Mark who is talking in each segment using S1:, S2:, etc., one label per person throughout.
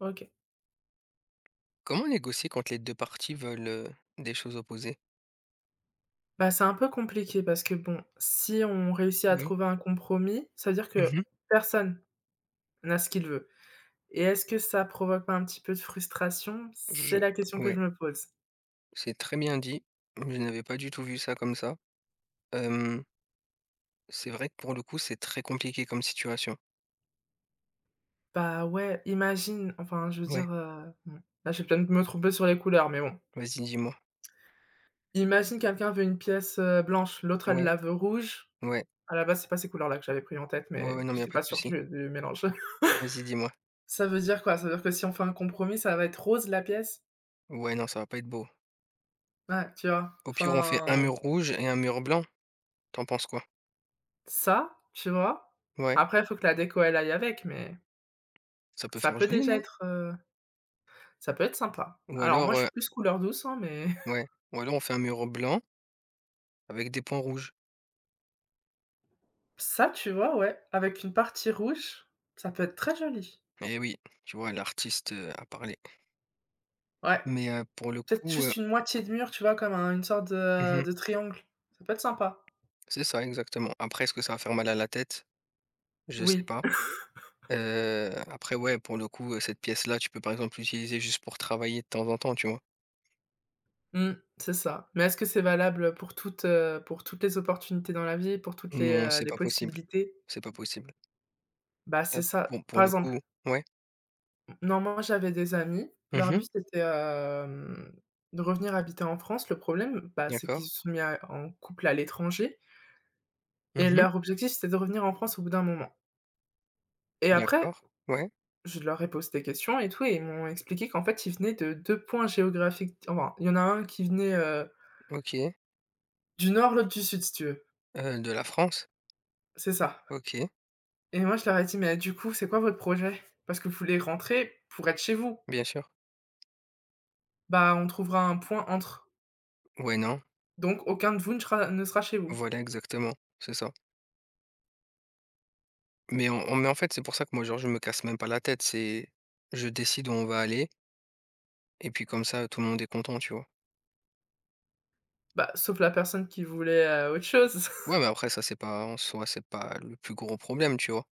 S1: OK.
S2: Comment négocier quand les 2 parties veulent, des choses opposées?
S1: Bah, c'est un peu compliqué parce que bon, si on réussit à
S2: Oui.
S1: trouver un compromis, ça veut dire que
S2: Mhm.
S1: personne n'a ce qu'il veut et est-ce que ça provoque pas un petit peu de frustration?
S2: Je
S1: C'est la question que
S2: ouais,
S1: je me pose.
S2: c'est très bien dit. Je n'avais pas du tout vu ça comme ça. Hem, c'est vrai que pour le coup, c'est très compliqué comme situation.
S1: Bah, ouais, imagine enfin je veux
S2: Ouais,
S1: dire, bon, là je vais peut-être me tromper sur les couleurs, mais bon.
S2: vas-y, dis-moi.
S1: Imagine quelqu'un veut une pièce, blanche, l'autre elle
S2: Ouais,
S1: la veut rouge.
S2: ouais.
S1: À la base, c'est pas ces couleurs-là que j'avais pris en tête,
S2: Ouais, ouais,
S1: mais
S2: non, mais y a
S1: j'étais
S2: pas
S1: pas
S2: de
S1: sûre du
S2: souci.
S1: du mélange.
S2: Vas-y, dis-moi.
S1: Ça veut dire quoi? Ça veut dire que si on fait un compromis, ça va être rose la pièce?
S2: Ouais, non, ça va pas être beau.
S1: Ouais, tu vois?
S2: Au pire, on fait un
S1: Enfin
S2: mur rouge et un mur blanc. T'en penses quoi?
S1: ça, tu vois?
S2: Ouais,
S1: Après, il faut que la déco, elle aille avec, mais
S2: ça peut
S1: ça
S2: faire
S1: peut
S2: joli,
S1: déjà
S2: non?
S1: être, ça peut être sympa.
S2: Ou
S1: Alors
S2: alors,
S1: moi, je
S2: heu,
S1: suis plus couleur douce, hein, mais
S2: ouais, ou alors on fait un mur blanc avec des points rouges.
S1: ça, tu vois, ouais, avec une partie rouge, ça peut être très joli.
S2: Eh oui, tu vois, l'artiste, a parlé.
S1: Ouais,
S2: Mais, heu, pour le
S1: peut-être
S2: coup, heu
S1: juste une moitié de mur, tu vois, comme un une sorte de
S2: mmh.
S1: de triangle. Ça peut être sympa.
S2: C'est ça, exactement. Après, est-ce que ça va faire mal à la tête? Je sais
S1: Oui,
S2: pas. Après, ouais, pour le coup, cette pièce-là, tu peux, par exemple, l'utiliser juste pour travailler de temps en temps, tu vois?
S1: mmh, c'est ça. Mais est-ce que c'est valable pour toutes les opportunités dans la vie, pour toutes
S2: Non, c'est
S1: les
S2: pas possible.
S1: possibilités?
S2: C'est pas possible.
S1: Bah,
S2: Heu,
S1: c'est ça.
S2: bon, pour
S1: Par
S2: le
S1: exemple
S2: coup ouais.
S1: non, moi j'avais des amis. Leur
S2: Mmh.
S1: but c'était, de revenir habiter en France. Le problème, bah, c'est
S2: D'accord.
S1: qu'ils se sont mis à en couple à l'étranger et
S2: Mmh.
S1: leur objectif, c'était de revenir en France au bout d'un moment et après,
S2: D'accord. Ouais,
S1: je leur ai posé des questions et tout et ils m'ont expliqué qu'en fait, ils venaient de 2 points géographiques enfin, il y en a un qui venait,
S2: OK.
S1: du nord, l'autre du sud, si tu veux.
S2: De la France?
S1: C'est ça
S2: OK,
S1: et moi je leur ai dit: «Mais du coup, c'est quoi votre projet? Parce que vous voulez rentrer pour être chez vous.
S2: bien sûr.
S1: Bah, on trouvera un point entre,
S2: Ouais, non.
S1: donc aucun de vous ne sera chez vous».
S2: Voilà, exactement. C'est ça. Mais en fait, c'est pour ça que moi, genre, je me casse même pas la tête. C'est je décide où on va aller. Et puis comme ça, tout le monde est content, tu vois?
S1: Bah, sauf la personne qui voulait, autre chose.
S2: Ouais, mais après ça, c'est pas en soi, c'est pas le plus gros problème, tu vois?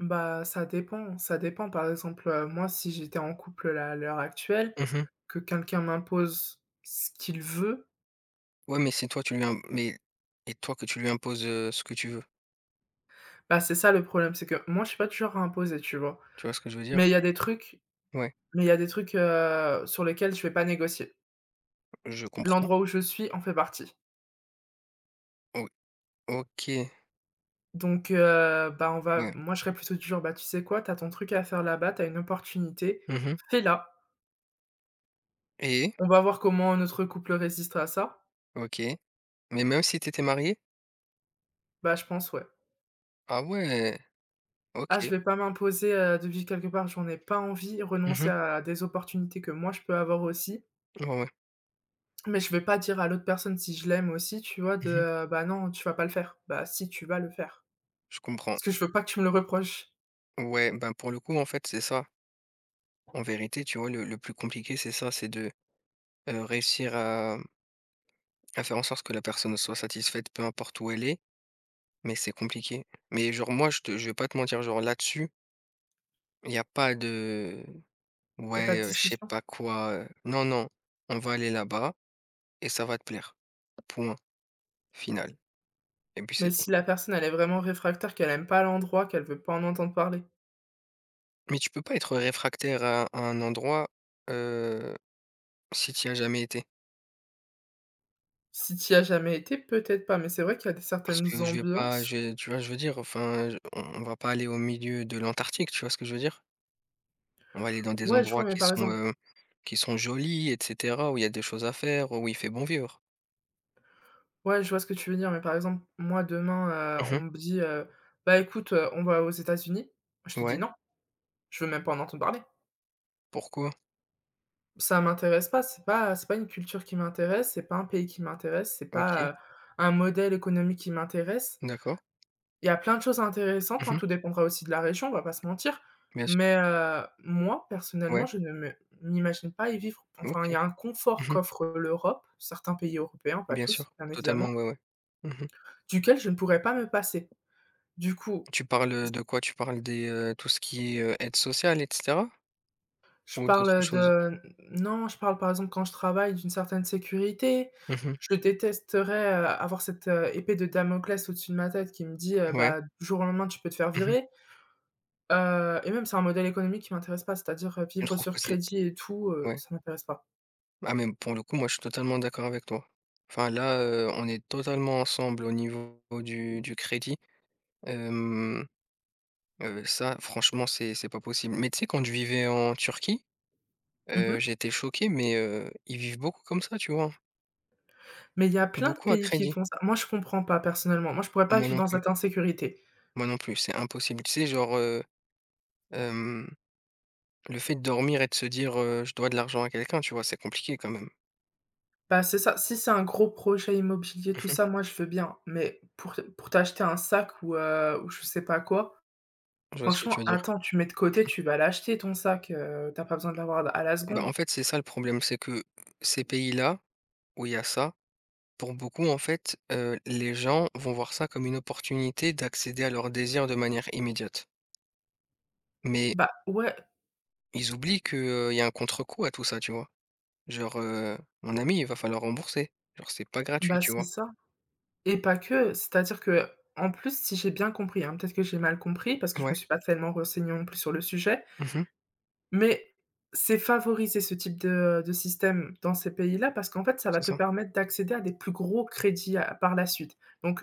S1: Bah, ça dépend, ça dépend. Par exemple, moi, si j'étais en couple là, à l'heure actuelle,
S2: Mmh.
S1: que quelqu'un m'impose ce qu'il veut,
S2: Ouais, mais si toi tu lui im mais et toi que tu lui imposes, ce que tu veux,
S1: bah, c'est ça le problème, c'est que moi, je suis pas toujours genre à imposer, tu vois?
S2: tu vois ce que je veux dire?
S1: Mais il y a des trucs
S2: Ouais,
S1: mais il y a des trucs, sur lesquels je vais pas négocier.
S2: je comprends.
S1: L'endroit où je suis en fait partie.
S2: O OK,
S1: Donc, bah, on va
S2: ouais.
S1: moi, je serais plutôt du genre: «Bah, tu sais quoi? T'as ton truc à faire là-bas, t'as une opportunité,
S2: Mmh.
S1: fais-la.
S2: Et?
S1: On va voir comment notre couple résistera à ça».
S2: OK. Mais même si t'étais marié,
S1: Bah, je pense, ouais.
S2: ah ouais,
S1: Ah, je
S2: OK.
S1: vais pas m'imposer, de vivre quelque part, j'en ai pas envie, renoncer
S2: Mmh.
S1: à des opportunités que moi je peux avoir aussi.
S2: Ouais, ouais.
S1: Mais je vais pas dire à l'autre personne si je l'aime aussi, tu vois? De,
S2: Mmh.
S1: «Bah, non, tu vas pas le faire». Bah, si, tu vas le faire.
S2: Je comprends.
S1: Parce que je veux pas que tu me le reproches.
S2: Ouais, ben, pour le coup, en fait, c'est ça. En vérité, tu vois, le plus compliqué, c'est ça, c'est de, réussir à faire en sorte que la personne soit satisfaite peu importe où elle est. Mais c'est compliqué. Mais genre moi je te je vais pas te mentir, genre là-dessus, il y a pas de
S1: Y a
S2: «ouais,
S1: pas de
S2: je sais
S1: discussion.
S2: pas quoi». Non, non, on va aller là-bas et ça va te plaire. Point final et puis c'est
S1: Mais
S2: tout.
S1: si la personne, elle est vraiment réfractaire, qu'elle aime pas l'endroit, qu'elle veut pas en entendre parler.
S2: Mais tu peux pas être réfractaire à un endroit, heu, si tu y as jamais été.
S1: Si tu as jamais été, peut-être pas, mais c'est vrai qu'il y a des
S2: Parce
S1: certaines
S2: que je vais pas
S1: ambiances
S2: je vais tu vois, je veux dire? Enfin, je on va pas aller au milieu de l'Antarctique, tu vois ce que je veux dire? On va aller dans des
S1: ouais, je
S2: endroits
S1: vois, mais par exemple
S2: qui sont jolis et cetera, où il y a des choses à faire, où il fait bon vivre.
S1: ouais, je vois ce que tu veux dire, mais par exemple, moi demain, on
S2: Mmh.
S1: me dit, «Bah, écoute, on va aux États-Unis». Je te dis:
S2: Ouais,
S1: «Non». Je veux même pas en entendre parler.
S2: pourquoi?
S1: Ça m'intéresse pas, c'est pas une culture qui m'intéresse, c'est pas un pays qui m'intéresse, c'est pas,
S2: OK,
S1: un modèle économique qui m'intéresse.
S2: d'accord.
S1: Il y a plein de choses intéressantes, hein,
S2: Mmh.
S1: tout dépendra aussi de la région, on va pas se mentir.
S2: Bien sûr.
S1: Mais, moi, personnellement,
S2: Ouais,
S1: je ne me m'imagine pas y vivre. Enfin, il y
S2: OK.
S1: a un confort
S2: Mmh.
S1: qu'offre l'Europe, certains pays européens, pas
S2: Bien
S1: tous,
S2: sûr,
S1: bien
S2: totalement,
S1: évidemment,
S2: ouais, ouais. Mmh.
S1: duquel je ne pourrais pas me passer. Du coup,
S2: Tu parles, de quoi? Tu parles des, tout ce qui est, aide sociale et cetera?
S1: je
S2: Ou d'autres
S1: parle
S2: choses?
S1: de non, je parle, par exemple, quand je travaille, d'une certaine sécurité.
S2: Mmh.
S1: Je détesterais, avoir cette, épée de Damoclès au-dessus de ma tête qui me dit,
S2: Ouais.
S1: «Bah, du jour au lendemain, tu peux te faire
S2: Mmh.
S1: virer». Et même, c'est un modèle économique qui m'intéresse pas, c'est-à-dire,
S2: Je
S1: vivre
S2: trouve
S1: sur
S2: que c'est
S1: crédit et tout,
S2: ouais.
S1: ça m'intéresse pas.
S2: Ah mais pour le coup, moi, je suis totalement d'accord avec toi. Enfin là, on est totalement ensemble au niveau du crédit. Hem, ça, franchement, c'est pas possible. Mais tu sais, quand je vivais en Turquie,
S1: Mmh.
S2: j'étais choqué, mais ils vivent beaucoup comme ça, tu vois?
S1: Mais il y a plein de
S2: Beaucoup à
S1: pays qui
S2: crédit.
S1: font ça. Moi, je comprends pas personnellement. Moi, je pourrais pas
S2: Moi
S1: vivre
S2: non
S1: dans
S2: plus,
S1: cette insécurité.
S2: moi non plus, c'est impossible. Tu sais, genre, hem, le fait de dormir et de se dire, «Je dois de l'argent à quelqu'un», tu vois? C'est compliqué quand même.
S1: Bah, c'est ça. Si c'est un gros projet immobilier, tout
S2: Mmh.
S1: ça, moi, je veux bien. Mais pour t'acheter un sac ou je sais pas quoi
S2: Je vois ce que tu
S1: franchement,
S2: veux dire.
S1: attends, tu mets de côté, tu vas l'acheter ton sac, tu as pas besoin de l'avoir à la
S2: Bah, en
S1: seconde.
S2: fait, c'est ça le problème, c'est que ces pays-là, où il y a ça, pour beaucoup, en fait, les gens vont voir ça comme une opportunité d'accéder à leurs désirs de manière immédiate. Mais
S1: Bah, ouais,
S2: ils oublient que, il y a un contre-coup à tout ça, tu vois? Genre, mon ami, il va falloir rembourser. Genre, c'est pas gratuit,
S1: bah,
S2: tu
S1: c'est
S2: vois?
S1: ça et pas que, c'est-à-dire qu'en plus, si j'ai bien compris, hein, peut-être que j'ai mal compris parce que je me
S2: Ouais.
S1: suis pas tellement renseignée non plus sur le sujet,
S2: Mmh.
S1: mais c'est favoriser ce type de système dans ces pays-là parce qu'en fait, ça va
S2: C'est
S1: te
S2: ça.
S1: permettre d'accéder à des plus gros crédits, à par la suite. Donc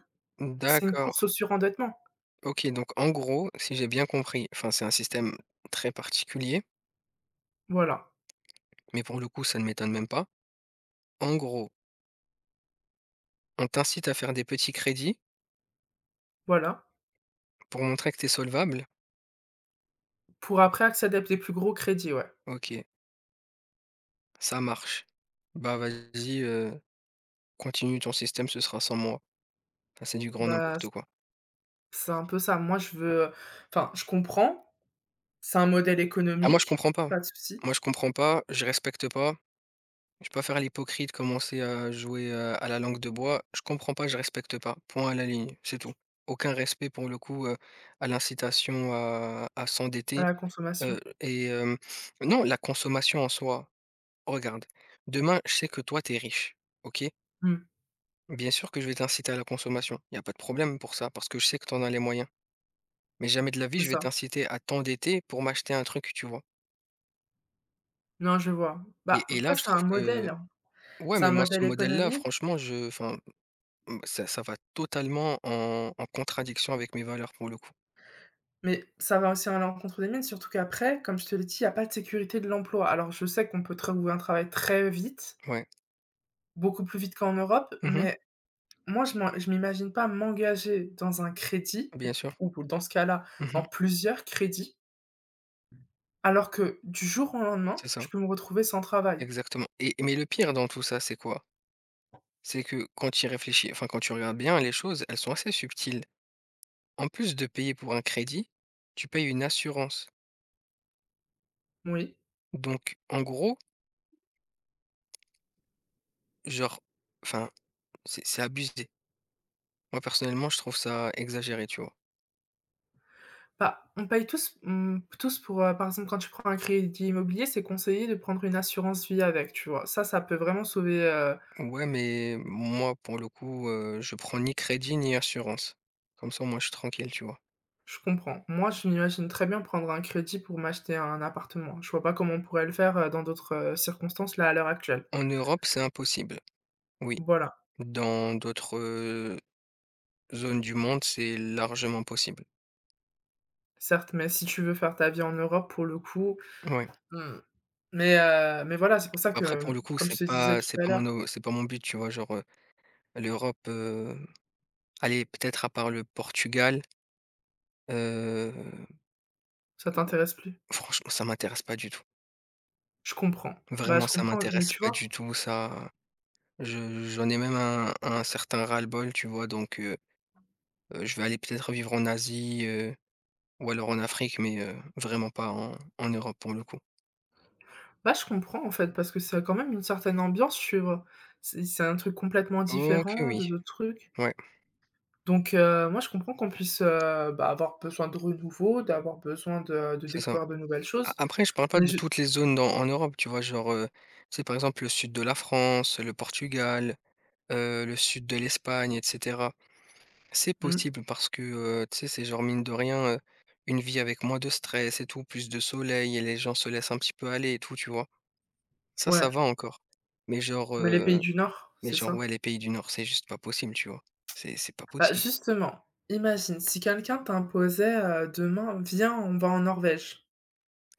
S1: c'est une
S2: D'accord.
S1: course au surendettement.
S2: OK, donc en gros, si j'ai bien compris, enfin c'est un système très particulier,
S1: Voilà,
S2: mais pour le coup, ça ne m'étonne même pas. En gros, on t'incite à faire des petits crédits
S1: voilà,
S2: pour montrer que t'es solvable?
S1: pour après accéder à des plus gros crédits, ouais.
S2: OK, ça marche. Bah vas-y, continue ton système, ce sera sans moi. Enfin, c'est du grand
S1: Bah
S2: n'importe quoi.
S1: c'est un peu ça. Moi, je veux enfin, je comprends, c'est un modèle
S2: Ah moi je
S1: économique,
S2: comprends pas.
S1: pas de souci,
S2: Moi je comprends pas, je respecte pas, je peux pas faire l'hypocrite, commencer à jouer, à la langue de bois. Je comprends pas, je respecte pas. Point à la ligne, c'est tout. Aucun respect pour le coup, à l'incitation à
S1: à
S2: s'endetter.
S1: la consommation.
S2: Heu et hem, non, la consommation en soi. Regarde, demain, je sais que toi, t'es riche, OK?
S1: Mmh,
S2: Bien sûr que je vais t'inciter à la consommation. Il y a pas de problème pour ça, parce que je sais que t'en as les moyens. Mais jamais de la vie,
S1: c'est
S2: je vais
S1: ça.
S2: t'inciter à t'endetter pour m'acheter un truc, tu vois?
S1: Non, je vois. Bah,
S2: Et là,
S1: après,
S2: je
S1: c'est
S2: trouve
S1: un
S2: que
S1: modèle, hein.
S2: ouais,
S1: C'est
S2: mais
S1: un
S2: moi, ce
S1: modèle
S2: modèle-là,
S1: économique,
S2: franchement, je enfin, mmh, ça va totalement en contradiction avec mes valeurs, pour le coup.
S1: mais ça va aussi à l'encontre des mines, surtout qu'après, comme je te l'ai dit, il y a pas de sécurité de l'emploi. Alors, je sais qu'on peut trouver un travail très vite,
S2: Ouais.
S1: beaucoup plus vite qu'en Europe,
S2: Mmh.
S1: mais moi, je m'imagine pas m'engager dans un crédit
S2: Bien sûr.
S1: ou dans ce cas-là,
S2: Mmh.
S1: dans plusieurs crédits, alors que du jour au lendemain,
S2: C'est ça.
S1: je peux me retrouver sans travail.
S2: Exactement et mais le pire dans tout ça, c'est quoi? C'est que quand tu y réfléchis, enfin quand tu regardes bien les choses, elles sont assez subtiles. En plus de payer pour un crédit, tu payes une assurance.
S1: Oui.
S2: Donc en gros, genre, enfin, c'est abusé. Moi personnellement, je trouve ça exagéré, tu vois.
S1: Bah, on paye tous, mmh, tous pour, par exemple, quand tu prends un crédit immobilier, c'est conseillé de prendre une assurance vie avec, tu vois? Ça peut vraiment sauver,
S2: Ouais, mais moi pour le coup, je prends ni crédit ni assurance. Comme ça, moi je suis tranquille, tu vois.
S1: je comprends. Moi, je m'imagine très bien prendre un crédit pour m'acheter un appartement. Je vois pas comment on pourrait le faire, dans d'autres, circonstances, là, à l'heure actuelle.
S2: En Europe, c'est impossible. Oui.
S1: Voilà,
S2: Dans d'autres zones du monde, c'est largement possible.
S1: certes, mais si tu veux faire ta vie en Europe, pour le coup,
S2: Ouais.
S1: mmh, mais voilà, c'est pour ça
S2: Après, pour
S1: que,
S2: le coup,
S1: comme je te disais tout à l'heure,
S2: c'est pas mon but, tu vois. L'Europe, allez, peut-être à part le Portugal, heu,
S1: ça t'intéresse plus?
S2: franchement, ça m'intéresse pas du tout.
S1: Je comprends. Bah,
S2: Vraiment,
S1: je
S2: ça
S1: comprends, mais
S2: m'intéresse
S1: tu
S2: pas
S1: vois?
S2: du tout, ça je j'en ai même un certain ras-le-bol, tu vois? Je vais aller peut-être vivre en Asie, ou alors en Afrique, mais vraiment pas en Europe, pour le coup.
S1: Bah, je comprends en fait, parce que ça a quand même une certaine ambiance suivre. C'est un truc complètement
S2: OK,
S1: différent
S2: oui,
S1: de d'autres trucs.
S2: ouais,
S1: Donc moi je comprends qu'on puisse, bah, avoir besoin de renouveau, d'avoir besoin de
S2: c'est ça.
S1: découvrir de nouvelles
S2: A
S1: choses.
S2: après, je parle pas
S1: Mais
S2: de
S1: je
S2: toutes les zones dans en Europe, tu vois? Genre, tu par exemple, le sud de la France, le Portugal, le sud de l'Espagne etc. C'est
S1: mmh,
S2: possible parce que, tu sais, c'est genre mine de rien, une vie avec moins de stress et tout, plus de soleil et les gens se laissent un petit peu aller et tout, tu vois? Ça
S1: ouais,
S2: va encore. Mais genre,
S1: mais les pays
S2: heu,
S1: du Nord,
S2: mais
S1: c'est
S2: genre,
S1: ça?
S2: ouais, les pays du Nord, c'est juste pas possible, tu vois? C'est pas
S1: Bah,
S2: possible.
S1: justement, imagine si quelqu'un t'imposait, demain: «Viens, on va en Norvège».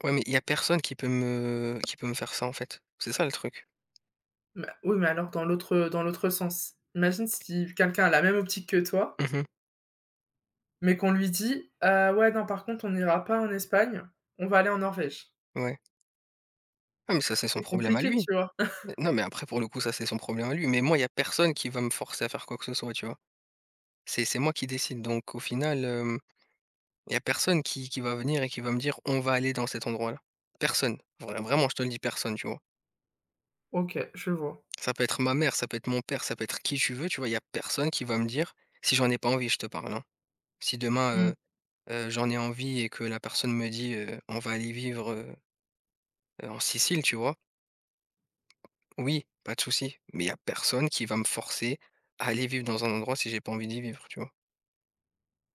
S2: Ouais, mais il y a personne qui peut me faire ça, en fait. C'est ça le truc.
S1: Mais oui, mais alors dans l'autre sens. Imagine si quelqu'un a la même optique que toi
S2: Mmh,
S1: mais qu'on lui dit: ouais, non, par contre, on n'ira pas en Espagne, on va aller en Norvège».
S2: ouais. Ah mais ça, c'est son
S1: C'est
S2: problème à
S1: compliqué,
S2: lui.
S1: tu vois?
S2: N non, mais après pour le coup, ça, c'est son problème à lui, mais moi, il y a personne qui va me forcer à faire quoi que ce soit, tu vois? C'est moi qui décide donc au final, il y a personne qui va venir et qui va me dire: «On va aller dans cet endroit-là». Personne. Vra vraiment, je te le dis, personne, tu vois?
S1: OK, je vois.
S2: Ça peut être ma mère, ça peut être mon père, ça peut être qui tu veux, tu vois? Il y a personne qui va me dire si j'en ai pas envie, je te parle, hein. Si demain,
S1: Mmh.
S2: heu heu, j'en ai envie et que la personne me dit, «On va aller vivre, en Sicile», tu vois? Oui, pas de souci, mais il y a personne qui va me forcer à aller vivre dans un endroit si j'ai pas envie d'y vivre, tu vois?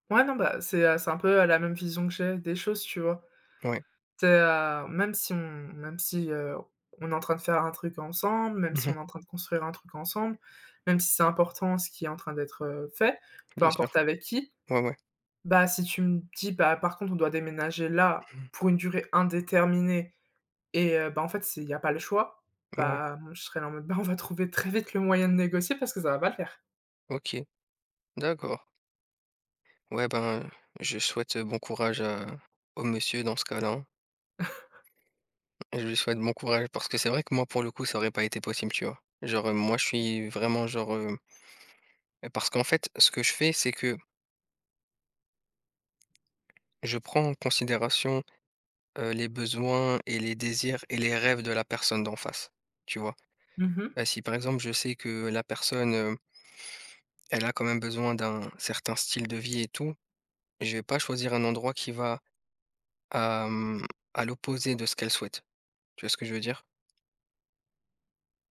S1: Ouais, non, bah, c'est un peu, la même vision que j'ai des choses, tu vois?
S2: Ouais.
S1: C'est, même si, on est en train de faire un truc ensemble, même si
S2: Mmh.
S1: on est en train de construire un truc ensemble, même si c'est important ce qui est en train d'être, fait, peu
S2: Bien sûr.
S1: importe avec qui,
S2: Ouais, ouais.
S1: bah, si tu me dis: «Bah, par contre, on doit déménager là
S2: Mmh.
S1: pour une durée indéterminée» et bah, en fait, s'il y a pas le choix,
S2: Ouais.
S1: bah, moi, je serais là en mode: «Bah, on va trouver très vite le moyen de négocier parce que ça va pas le faire».
S2: OK. D'accord. Ouais, ben, je souhaite bon courage à au monsieur dans ce cas-là, hein. Je lui souhaite bon courage parce que c'est vrai que moi, pour le coup, ça aurait pas été possible, tu vois? Moi, je suis vraiment genre. Parce qu'en fait, ce que je fais, c'est que je prends en considération, les besoins et les désirs et les rêves de la personne d'en face, tu vois?
S1: Mmh mh.
S2: Bah, si par exemple, je sais que la personne, elle a quand même besoin d'un certain style de vie et tout, je vais pas choisir un endroit qui va à, mmh, à l'opposé de ce qu'elle souhaite. Tu vois ce que je veux dire?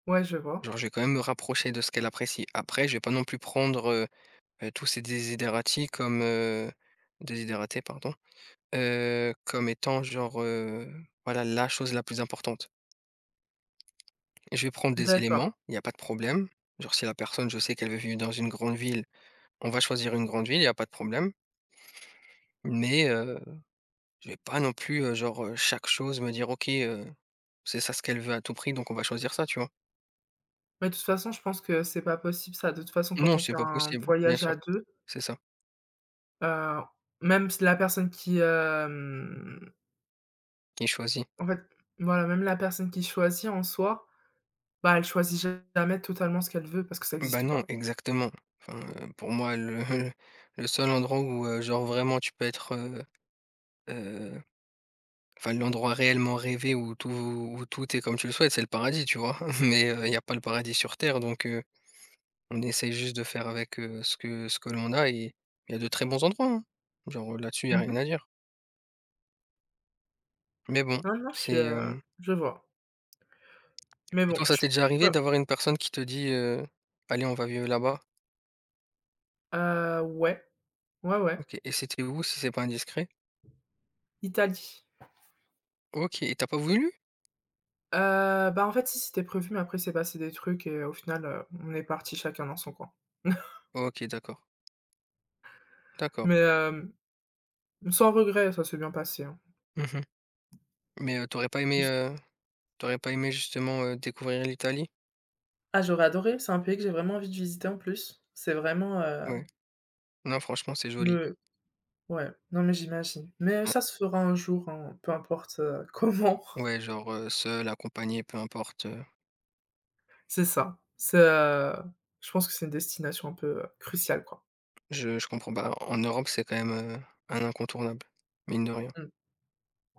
S1: Ouais, je vois.
S2: Genre, je vais quand même me rapprocher de ce qu'elle apprécie. Après, je vais pas non plus prendre, tous ces desiderati comme, désideratae pardon, comme étant genre, voilà, la chose la plus importante. Je vais prendre des
S1: D'accord.
S2: éléments, il y a pas de problème. Genre si la personne, je sais qu'elle veut vivre dans une grande ville, on va choisir une grande ville, il y a pas de problème. Mais je vais pas non plus, chaque chose me dire: «OK, c'est ça ce qu'elle veut à tout prix, donc on va choisir ça», tu vois?
S1: Mais de toute façon, je pense que c'est pas possible ça. De toute façon, quand
S2: Non,
S1: on
S2: c'est
S1: fait
S2: pas
S1: un
S2: possible, bien
S1: voyage
S2: sûr,
S1: à 2
S2: c'est ça.
S1: heu, même si la personne qui,
S2: Il choisit.
S1: en fait, voilà, même la personne qui choisit en soi, bah, elle choisit jamais totalement ce qu'elle veut parce que ça
S2: Bah,
S1: existe
S2: non,
S1: pas.
S2: exactement. Enfin, pour moi, le le seul endroit où, genre vraiment tu peux être, heu, enfin l'endroit réellement rêvé où tout est comme tu le souhaites, c'est le paradis, tu vois? Mais, il y a pas le paradis sur terre, donc on essaye juste de faire avec, ce que l'on a et il y a de très bons endroits, hein. Genre, là-dessus, il y a
S1: Mmh
S2: rien
S1: mh.
S2: à dire. Mais bon,
S1: Non, non, je suis,
S2: c'est, hem
S1: je vois. Mais
S2: Et
S1: bon,
S2: toi, ça
S1: je
S2: t'est déjà
S1: pe
S2: arrivé d'avoir une personne qui te dit, «Allez, on va vivre là-bas»?
S1: ouais, ouais, ouais.
S2: OK et c'était où si c'est pas indiscret?
S1: Italie.
S2: OK et t'as pas voulu?
S1: Bah, en fait, si, c'était prévu, mais après, c'est passé des trucs et au final, on est parti chacun dans son coin.
S2: OK, d'accord, d'accord.
S1: Mais, sans regret, ça s'est bien passé, hein.
S2: Mmh. Mais, tu pas aimé,
S1: Tous
S2: tu pas aimé justement, découvrir l'Italie?
S1: ah, j'aurais adoré, c'est un pays que j'ai vraiment envie de visiter en plus. C'est vraiment,
S2: Ouais. Non, franchement, c'est joli.
S1: me ouais, non, mais j'imagine. Mais
S2: Enfin,
S1: ça se fera un jour, hein, peu importe, comment.
S2: ouais, genre, seul, accompagné, peu importe,
S1: C'est ça. C'est, je pense que c'est une destination un peu, cruciale, quoi.
S2: je comprends. Pas. En Europe, c'est quand même, un incontournable, mine de rien.
S1: Mmh.